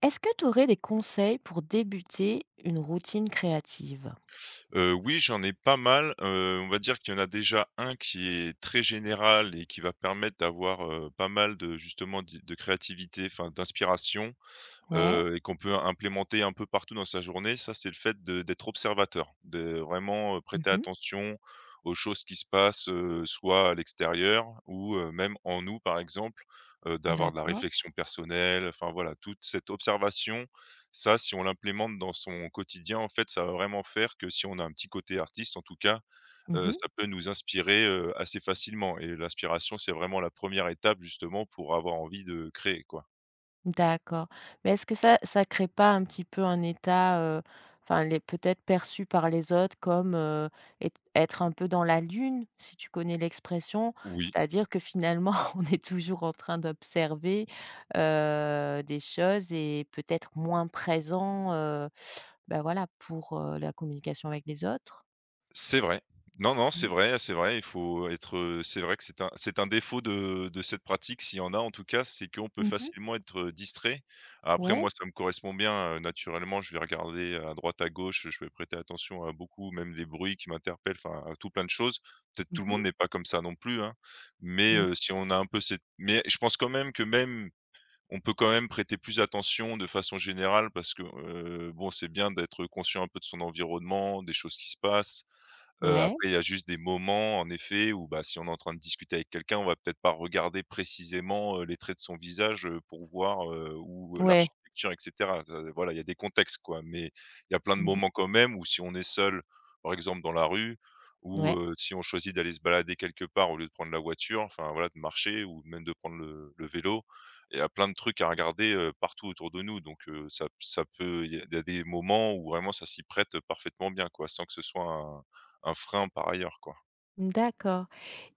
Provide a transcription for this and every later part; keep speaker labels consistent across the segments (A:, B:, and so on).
A: Est-ce que tu aurais des conseils pour débuter une routine créative?
B: Oui, j'en ai pas mal, on va dire qu'il y en a déjà un qui est très général et qui va permettre d'avoir, pas mal de justement d'i de créativité, enfin d'inspiration
A: Ouais.
B: et qu'on peut implémenter un peu partout dans sa journée. Ça, c'est le fait de d'être observateur, de vraiment, prêter
A: Mmh.
B: attention aux choses qui se passent, soit à l'extérieur ou même en nous, par exemple, d'avoir de la
A: D'accord.
B: réflexion personnelle, enfin voilà, toute cette observation, ça, si on l'implémente dans son quotidien, en fait, ça va vraiment faire que si on a un petit côté artiste, en tout cas,
A: Mmh.
B: ça peut nous inspirer, assez facilement. Et l'inspiration, c'est vraiment la première étape, justement, pour avoir envie de créer, quoi.
A: D'accord. Mais est-ce que ça ça crée pas un petit peu un état, enfin les peut-être perçu par les autres comme, êt être un peu dans la lune, si tu connais l'expression?
B: Oui.
A: C'est-à-dire que finalement, on est toujours en train d'observer, des choses et peut-être moins présent, bah, voilà, pour, la communication avec les autres?
B: C'est vrai. Non, non,
A: Mmh.
B: c'est vrai, il faut être, c'est vrai que c'est un défaut de cette pratique, s'il y en a en tout cas, c'est qu'on peut
A: Mmh.
B: facilement être, distrait. Après
A: Ouais.
B: moi, ça me correspond bien, naturellement, je vais regarder à droite, à gauche, je vais prêter attention à beaucoup, même les bruits qui m'interpellent, enfin, à tout plein de choses. Peut-être
A: Mmh
B: tout le monde
A: mh.
B: n'est pas comme ça non plus, hein, mais
A: Mmh.
B: si on a un peu cette mais je pense quand même que même on peut quand même prêter plus attention de façon générale parce que, bon, c'est bien d'être conscient un peu de son environnement, des choses qui se passent.
A: Ouais,
B: Après il y a juste des moments en effet où, bah, si on est en train de discuter avec quelqu'un, on va peut-être pas regarder précisément, les traits de son visage, pour voir, où ou
A: ouais.
B: l'architecture et cetera. Voilà, il y a des contextes quoi, mais il y a plein de
A: Mmh mh.
B: moments quand même où si on est seul, par exemple dans la rue ou,
A: Ouais.
B: si on choisit d'aller se balader quelque part au lieu de prendre la voiture, enfin voilà, de marcher ou même de prendre le vélo. Il y a plein de trucs à regarder, partout autour de nous donc, ça peut il y a des moments où vraiment ça s'y prête parfaitement bien quoi, sans que ce soit un frein par ailleurs, quoi.
A: D'accord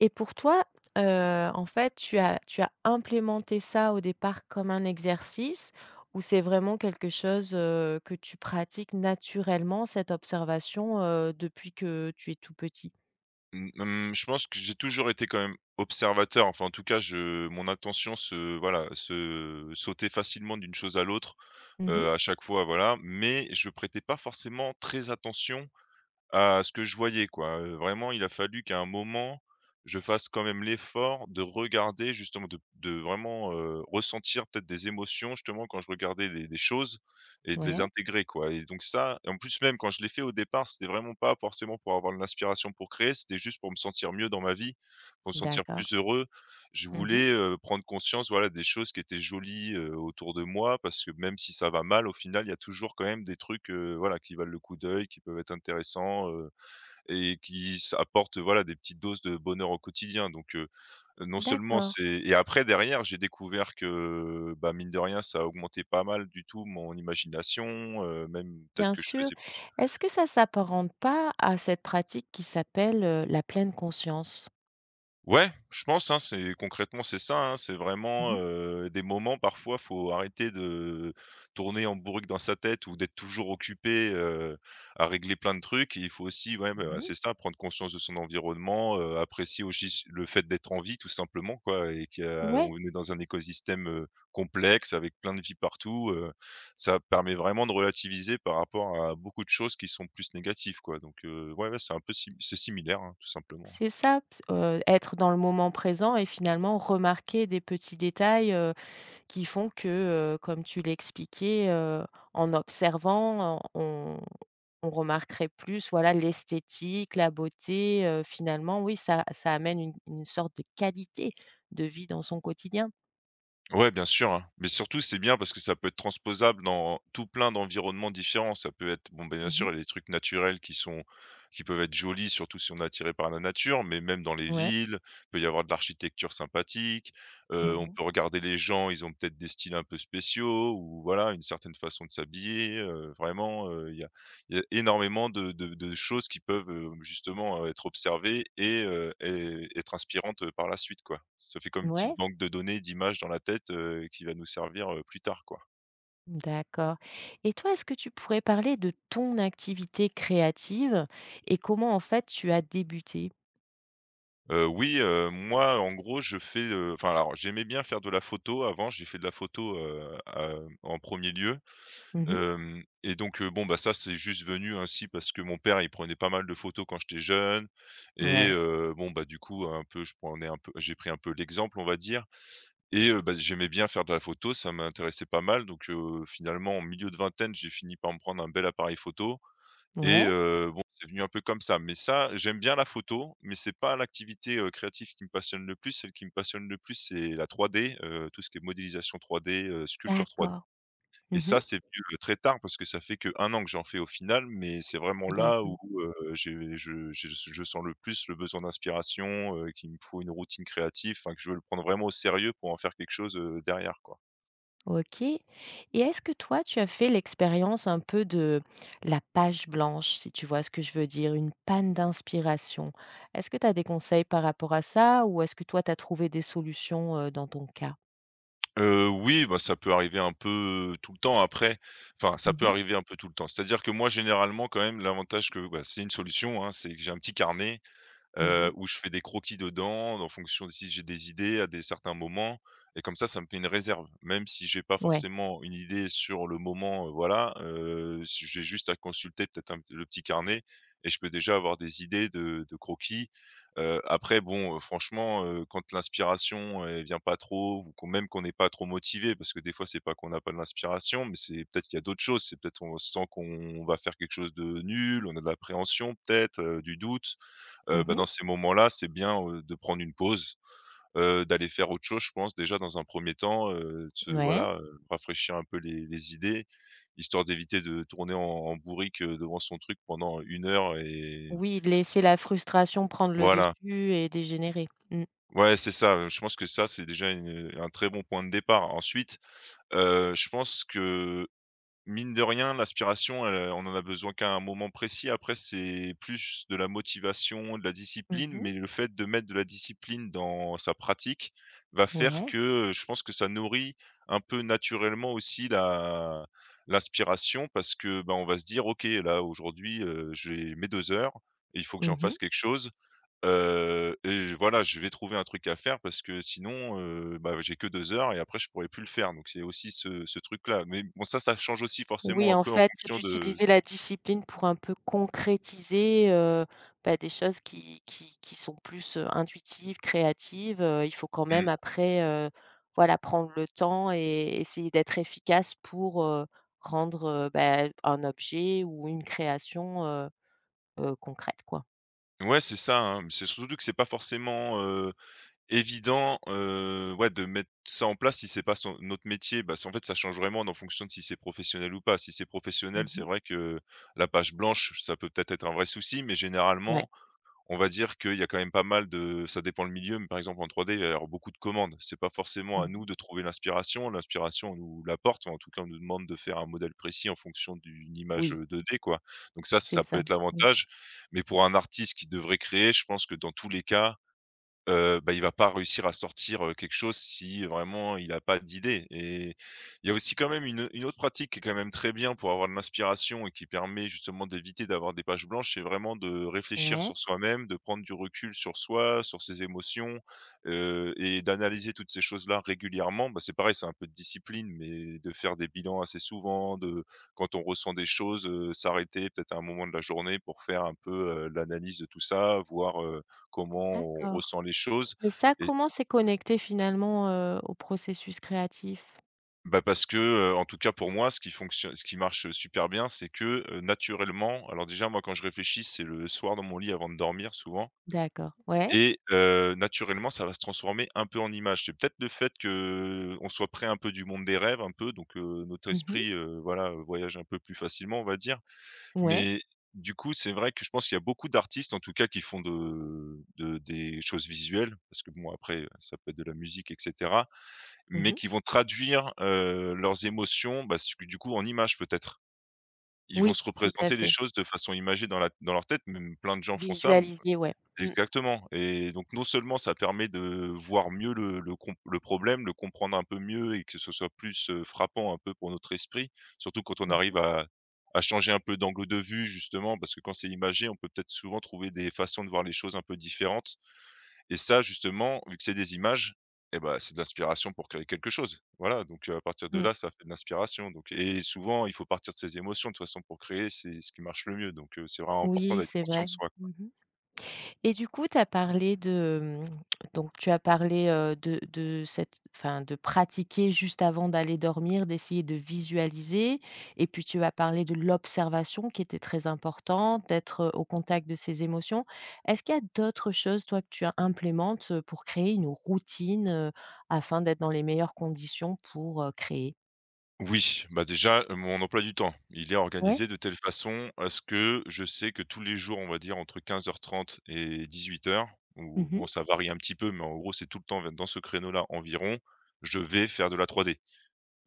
A: et pour toi, en fait, tu as implémenté ça au départ comme un exercice ou c'est vraiment quelque chose, que tu pratiques naturellement, cette observation, depuis que tu es tout petit?
B: Mmh, je pense que j'ai toujours été quand même observateur, enfin en tout cas je mon attention se voilà, se sautait facilement d'une chose à l'autre,
A: Mmh mh.
B: à chaque fois voilà, mais je prêtais pas forcément très attention à ce que je voyais, quoi. Vraiment, il a fallu qu'à un moment, je fasse quand même l'effort de regarder justement de vraiment, ressentir peut-être des émotions justement quand je regardais des choses et de les
A: Ouais,
B: intégrer, quoi. Et donc ça, et en plus même quand je l'ai fait au départ, c'était vraiment pas forcément pour avoir de l'inspiration pour créer, c'était juste pour me sentir mieux dans ma vie, pour me sentir
A: d'accord.
B: plus heureux. Je
A: Mmh mh.
B: voulais, prendre conscience, voilà, des choses qui étaient jolies, autour de moi parce que même si ça va mal, au final, il y a toujours quand même des trucs, voilà, qui valent le coup d'œil, qui peuvent être intéressants, et qui s apportent, voilà, des petites doses de bonheur au quotidien donc non seulement
A: D'accord,
B: c'est et après derrière, j'ai découvert que, bah, mine de rien, ça a augmenté pas mal du tout mon imagination, même peut-être
A: bien
B: que je
A: sûr.
B: faisais plus.
A: Est-ce que ça s'apparente pas à cette pratique qui s'appelle, la pleine conscience?
B: Ouais, je pense, hein, c'est concrètement, c'est ça, hein, c'est
A: Mmh
B: vraiment,
A: mh.
B: des moments parfois, faut arrêter de tourner en bourrique dans sa tête ou d'être toujours occupé, à régler plein de trucs. Et il faut aussi, ouais,
A: Mmh
B: bah,
A: mh.
B: c'est ça, prendre conscience de son environnement, apprécier aussi le fait d'être en vie tout simplement, quoi, et
A: Ouais.
B: qu'on est dans un écosystème, complexe avec plein de vie partout, ça permet vraiment de relativiser par rapport à beaucoup de choses qui sont plus négatives, quoi donc ouais, ouais, c'est un peu sim c'est similaire, hein, tout simplement.
A: C'est ça, ps être dans le moment présent et finalement remarquer des petits détails, qui font que, comme tu l'expliquais, en observant, on remarquerait plus, voilà, l'esthétique, la beauté, finalement, oui, ça ça amène une sorte de qualité de vie dans son quotidien.
B: Ouais, bien sûr, hein. Mais surtout, c'est bien parce que ça peut être transposable dans tout plein d'environnements différents. Ça peut être, bon, ben, bien sûr,
A: Mmh.
B: il y a des trucs naturels qui sont, qui peuvent être jolis, surtout si on est attiré par la nature, mais même dans les
A: Ouais.
B: villes, il peut y avoir de l'architecture sympathique. On
A: Mmh.
B: peut regarder les gens, ils ont peut-être des styles un peu spéciaux ou voilà, une certaine façon de s'habiller. Vraiment, il y a énormément de choses qui peuvent, justement, être observées et être inspirantes, par la suite, quoi. Ça fait comme une petite
A: Ouais,
B: banque de données, d'images dans la tête, qui va nous servir, plus tard, quoi.
A: d'accord et toi, est-ce que tu pourrais parler de ton activité créative et comment, en fait, tu as débuté?
B: Oui, moi, en gros, je fais, enfin, alors, j'aimais bien faire de la photo avant. J'ai fait de la photo, en premier lieu,
A: Mmh.
B: hem et donc, bon, bah, ça, c'est juste venu ainsi parce que mon père, il prenait pas mal de photos quand j'étais jeune. Et
A: Ouais.
B: bon, bah, du coup, je prenais un peu, j'ai pris un peu l'exemple, on va dire. Et bah, j'aimais bien faire de la photo, ça m'intéressait pas mal donc finalement en milieu de vingtaine, j'ai fini par me prendre un bel appareil photo et
A: Ouais,
B: bon, c'est venu un peu comme ça. Mais ça, j'aime bien la photo, mais c'est pas l'activité, créative qui me passionne le plus. Celle qui me passionne le plus, c'est la 3D, tout ce qui est modélisation 3D, sculpture 3D.
A: d'accord.
B: Et
A: Mmh.
B: ça, c'est venu très tard parce que ça fait que 1 an que j'en fais au final, mais c'est vraiment là
A: D'accord.
B: où, j'ai je sens le plus le besoin d'inspiration, qu'il me faut une routine créative, enfin que je veux le prendre vraiment au sérieux pour en faire quelque chose, derrière, quoi.
A: OK et est-ce que toi, tu as fait l'expérience un peu de la page blanche, si tu vois ce que je veux dire? Une panne d'inspiration. Est-ce que tu as des conseils par rapport à ça ou est-ce que toi, tu as trouvé des solutions, dans ton cas?
B: Oui, bah, ça peut arriver un peu tout le temps après, enfin ça
A: Mmh
B: peut
A: mh.
B: arriver un peu tout le temps. C'est-à-dire que moi généralement quand même l'avantage que bah, c'est une solution, hein, c'est que j'ai un petit carnet
A: Mmh.
B: où je fais des croquis dedans, en fonction de si j'ai des idées à des certains moments et comme ça me fait une réserve. Même si j'ai pas
A: Ouais.
B: forcément une idée sur le moment, voilà, s j'ai juste à consulter peut-être un le petit carnet et je peux déjà avoir des idées de croquis. Après bon, franchement, quand l'inspiration, elle vient pas trop ou qu'on même qu'on n'est pas trop motivé parce que des fois, c'est pas qu'on n'a pas de l'inspiration, mais c'est peut-être qu'il y a d'autres choses. C'est peut-être on sent qu'on va faire quelque chose de nul, on a de l'appréhension peut-être, du doute. Bah,
A: Mmh.
B: dans ces moments-là, c'est bien, de prendre une pause, d'aller faire autre chose, je pense déjà dans un premier er temps, se
A: Ouais.
B: voilà, rafraîchir un peu les idées, histoire d'éviter de tourner en bourrique, devant son truc pendant 1 heure et
A: Oui, laisser la frustration prendre le
B: voilà.
A: dessus et dégénérer. Mmh.
B: Ouais, c'est ça, je pense que ça, c'est déjà un très bon point de départ. Ensuite, je pense que mine de rien, l'aspiration, on en a besoin qu'à un moment précis. Après, c'est plus de la motivation, de la discipline,
A: Mmh.
B: mais le fait de mettre de la discipline dans sa pratique va faire
A: Ouais.
B: que, je pense que ça nourrit un peu naturellement aussi la l'aspiration parce que, ben on va se dire: «OK, là, aujourd'hui, j'ai mes 2 heures et il faut que j'en
A: Mmh.
B: fasse quelque chose». Et voilà, je vais trouver un truc à faire parce que sinon, bah, j'ai que 2 heures et après je pourrais plus le faire donc c'est aussi ce truc-là. Mais bon ça change aussi forcément
A: Oui,
B: un
A: en
B: peu en
A: fait,
B: fonction de
A: d'utiliser la discipline pour un peu concrétiser, bah, des choses qui sont plus, intuitives, créatives, il faut quand même
B: mmh.
A: après, voilà, prendre le temps et essayer d'être efficace pour, rendre, bah, un objet ou une création, concrète, quoi.
B: Ouais, c'est ça, hein, c'est surtout que c'est pas forcément, évident, ouais, de mettre ça en place si c'est pas son notre métier. Bah, c'est en fait, ça change vraiment en fonction de si c'est professionnel ou pas. Si c'est professionnel, c'est
A: Mmh.
B: vrai que la page blanche, ça peut peut-être être un vrai souci, mais
A: Ouais.
B: généralement, on va dire qu'il y a quand même pas mal de ça dépend le milieu, mais par exemple en 3D, il va y avoir beaucoup de commandes. C'est pas forcément à nous
A: Mmh.
B: de trouver l'inspiration. L'inspiration, on nous l'apporte, en tout cas, on nous demande de faire un modèle précis en fonction d'une image,
A: Oui,
B: 2D, quoi. Donc ça,
A: c'est
B: ça peut
A: ça.
B: être
A: Mmh.
B: l'avantage, mais pour un artiste qui devrait créer, je pense que dans tous les cas, il va pas réussir à sortir, quelque chose si vraiment il a pas d'idée. Et il y a aussi quand même une autre pratique qui est quand même très bien pour avoir de l'inspiration et qui permet justement d'éviter d'avoir des pages blanches. C'est vraiment de réfléchir
A: Ouais,
B: sur soi-même, de prendre du recul sur soi, sur ses émotions, et d'analyser toutes ces choses-là régulièrement. Bah, c'est pareil, c'est un peu de discipline, mais de faire des bilans assez souvent, de quand on ressent des choses, s'arrêter peut-être à un moment de la journée pour faire un peu, l'analyse de tout ça, voir comment on
A: d'accord.
B: ressent les choses.
A: Mais ça,
B: Et
A: comment c'est connecté finalement, au processus créatif?
B: bah, parce que, en tout cas pour moi, ce qui fonctionne, ce qui marche super bien, c'est que, naturellement, alors déjà moi quand je réfléchis, c'est le soir dans mon lit avant de dormir souvent,
A: D'accord. Ouais.
B: et naturellement ça va se transformer un peu en image. C'est peut-être le fait que on soit près un peu du monde des rêves un peu, donc notre
A: Mmh.
B: esprit, voilà, voyage un peu plus facilement, on va dire.
A: Ouais.
B: Mais du coup, c'est vrai que je pense qu'il y a beaucoup d'artistes en tout cas qui font de des choses visuelles, parce que bon après, ça peut être de la musique, etc.
A: Mmh.
B: Mais qui vont traduire, leurs émotions, bah, s du coup en images peut-être. Ils vont
A: Oui,
B: se
A: tout à
B: représenter les
A: fait.
B: choses de façon imagée dans la dans leur tête, même plein de gens font ça, mmh,
A: Visualiser, ouais. Mmh.
B: exactement. Et donc non seulement ça permet de voir mieux le problème, le comprendre un peu mieux et que ce soit plus, frappant un peu pour notre esprit, surtout quand on
A: Mmh
B: arrive
A: mh.
B: à changer un peu d'angle de vue justement, parce que quand c'est imagé, on peut peut-être souvent trouver des façons de voir les choses un peu différentes. Et ça justement, vu que c'est des images, et ben c'est de l'inspiration pour créer quelque chose. Voilà, donc à partir de
A: Mmh.
B: là, ça fait de l'inspiration, donc. Et souvent, il faut partir de ses émotions de toute façon pour créer, c'est ce qui marche le mieux, donc c'est vraiment important
A: Oui,
B: d'être
A: c'est
B: conscient
A: vrai.
B: de soi, quoi.
A: Mmh. Et du coup, tu as parlé de, donc tu as parlé, de cette enfin, de pratiquer juste avant d'aller dormir, d'essayer de visualiser et puis tu as parlé de l'observation qui était très importante, d'être, au contact de ses émotions. Est-ce qu'il y a d'autres choses, toi, que tu implémentes, pour créer une routine, afin d'être dans les meilleures conditions pour, créer?
B: Oui, bah, déjà, mon emploi du temps, il est
A: Ouais?
B: organisé de telle façon à ce que je sais que tous les jours, on va dire entre 15:30 et 18:00, ou bon,
A: Mmh.
B: ça varie un petit peu, mais en gros, c'est tout le temps dans ce créneau-là environ, je vais faire de la 3D.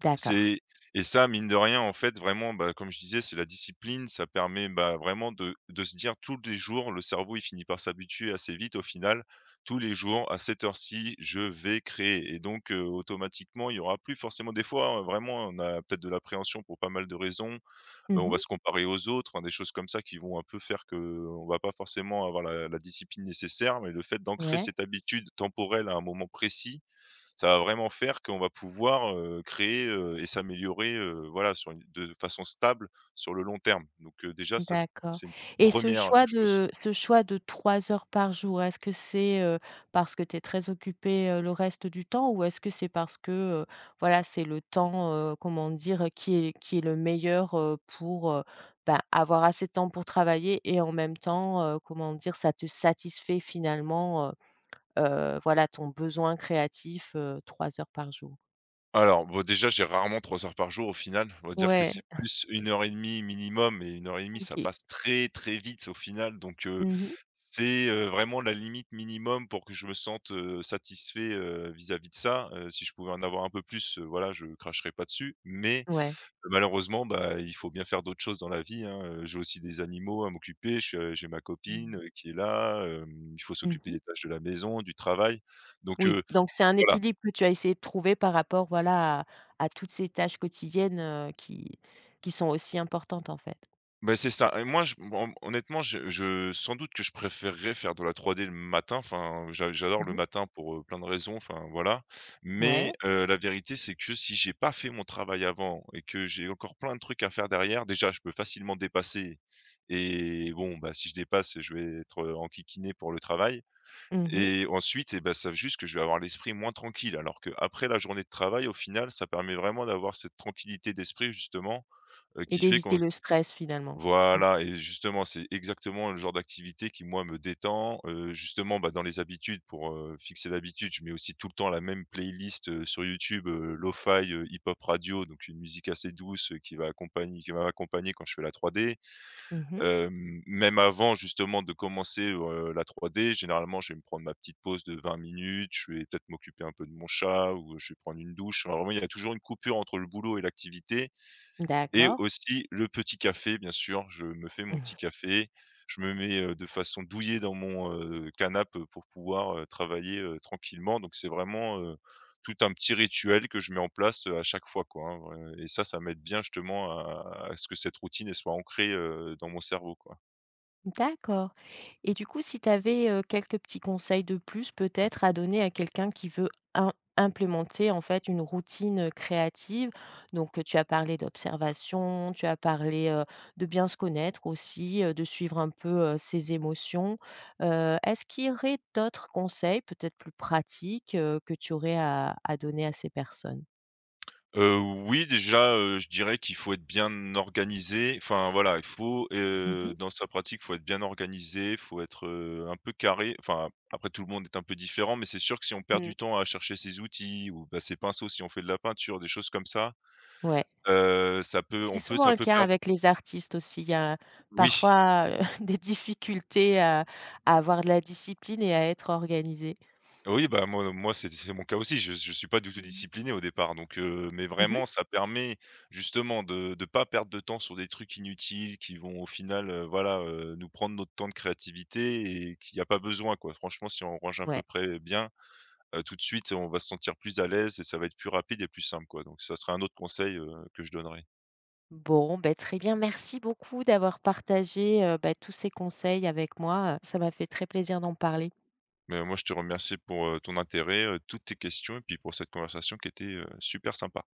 A: D'accord.
B: C'est et ça, mine de rien, en fait, vraiment, bah, comme je disais, c'est la discipline. Ça permet, bah, vraiment de se dire tous les jours, le cerveau, il finit par s'habituer assez vite au final. Tous les jours, à cette heure-ci, je vais créer, et donc automatiquement, il y aura plus forcément des fois, vraiment, on a peut-être de l'appréhension pour pas mal de raisons.
A: Mmh
B: On va
A: mh.
B: se comparer aux autres, hein, des choses comme ça qui vont un peu faire que qu'on va pas forcément avoir la discipline nécessaire, mais le fait d'ancrer
A: Ouais,
B: cette habitude temporelle à un moment précis, ça va vraiment faire qu'on va pouvoir, créer, et s'améliorer, voilà, sur une de façon stable sur le long terme. Donc, déjà ça,
A: d'accord
B: c'est une
A: et ce
B: première
A: choix
B: chose.
A: de 3 heures par jour, est-ce que c'est, parce que tu es très occupé, le reste du temps ou est-ce que c'est parce que, voilà, c'est le temps, comment dire, qui est le meilleur, pour, bah, avoir assez de temps pour travailler et en même temps, comment dire, ça te satisfait finalement, voilà, ton besoin créatif, 3 heures par jour?
B: Alors, bon, déjà, j'ai rarement 3 heures par jour au final. On va dire que
A: Ouais,
B: c'est plus 1 heure et demie minimum, et 1 heure et demie, ça
A: OK.
B: passe très, très vite au final. Donc,
A: Mmh mh.
B: c'est, vraiment la limite minimum pour que je me sente, satisfait, vis-à-vis de ça. Si je pouvais en avoir un peu plus, voilà, je cracherais pas dessus. Mais
A: Ouais.
B: malheureusement, bah, il faut bien faire d'autres choses dans la vie, hein, j'ai aussi des animaux à m'occuper, je j'ai ma
A: Mmh.
B: copine, qui est là, il faut
A: Mmh
B: s'occuper
A: mh.
B: des tâches de la maison, du travail, donc
A: Oui, donc c'est un
B: voilà.
A: équilibre que tu as essayé de trouver par rapport, voilà, à toutes ces tâches quotidiennes, qui sont aussi importantes, en fait.
B: Beh, c'est ça. Et moi je, bon, honnêtement, je sans doute que je préférerais faire de la 3D le matin, enfin, j'adore le
A: Mmh.
B: matin pour, plein de raisons, enfin, voilà. Mais,
A: Ouais.
B: la vérité, c'est que si j'ai pas fait mon travail avant et que j'ai encore plein de trucs à faire derrière, déjà, je peux facilement dépasser. Et bon, bah, si je dépasse, je vais être, enquiquiné pour le travail,
A: Mmh
B: et ensuite et bah, ça veut juste que je vais avoir l'esprit moins tranquille. Alors qu'après la journée de travail, au final, ça permet vraiment d'avoir cette tranquillité d'esprit justement,
A: et
B: qui fait qu'on,
A: d'éviter le stress, finalement. Mmh.
B: voilà. Et justement, c'est exactement le genre d'activité qui moi me détend, justement, bah, dans les habitudes pour, fixer l'habitude, je mets aussi tout le temps la même playlist, sur YouTube, lo-fi, hip-hop radio, donc une musique assez douce, qui va accompagner qui va m'accompagner quand je fais la 3D.
A: Mmh.
B: Même avant justement de commencer, la 3D, généralement, je vais me prendre ma petite pause de 20 minutes, je vais peut-être m'occuper un peu de mon chat ou je vais prendre une douche. Enfin, vraiment, il y a toujours une coupure entre le boulot et l'activité, et
A: D'accord.
B: aussi le petit café, bien sûr, je me fais mon petit café, je me mets, de façon douillée dans mon, canap, pour pouvoir, travailler, tranquillement. Donc c'est vraiment, tout un petit rituel que je mets en place, à chaque fois, quoi, hein, ouais. Et ça m'aide bien justement à ce que cette routine, elle soit ancrée, dans mon cerveau, quoi.
A: D'accord. Et du coup, si tu avais, quelques petits conseils de plus peut-être à donner à quelqu'un qui veut im implémenter en fait une routine, créative. Donc, tu as parlé d'observation, tu as parlé, de bien se connaître aussi, de suivre un peu, ses émotions. Est-ce qu'il y aurait d'autres conseils peut-être plus pratiques, que tu aurais à donner à ces personnes?
B: Heu, oui, déjà, je dirais qu'il faut être bien organisé. Enfin, voilà, il faut,
A: Mmh mh.
B: dans sa pratique, il faut être bien organisé, il faut être, un peu carré. Enfin, après tout le monde est un peu différent, mais c'est sûr que si on perd
A: Mmh.
B: du temps à chercher ses outils, ou bah, ses pinceaux si on fait de la peinture, des choses comme ça,
A: Ouais.
B: ça peut,
A: C'est
B: on peut,
A: souvent
B: ça
A: le
B: peut
A: cas
B: perdre.
A: avec les artistes aussi. Il y a
B: Oui.
A: parfois, des difficultés à avoir de la discipline et à être organisé.
B: Oui, bah, moi, c'est mon cas aussi. Je suis pas du tout
A: Mmh.
B: discipliné au départ, donc mais
A: Mmh.
B: vraiment ça permet justement de pas perdre de temps sur des trucs inutiles qui vont au final, voilà, nous prendre notre temps de créativité et qu'il y a pas besoin, quoi. Franchement, si on range à
A: Ouais.
B: peu près bien, tout de suite, on va se sentir plus à l'aise et ça va être plus rapide et plus simple, quoi. Donc ça serait un autre conseil, que je donnerais.
A: Bon, beh, très bien. Merci beaucoup d'avoir partagé, bah, tous ces conseils avec moi, ça m'a fait très plaisir d'en parler.
B: Mais moi, je te remercie pour, ton intérêt, toutes tes questions et puis pour cette conversation qui était, super sympa.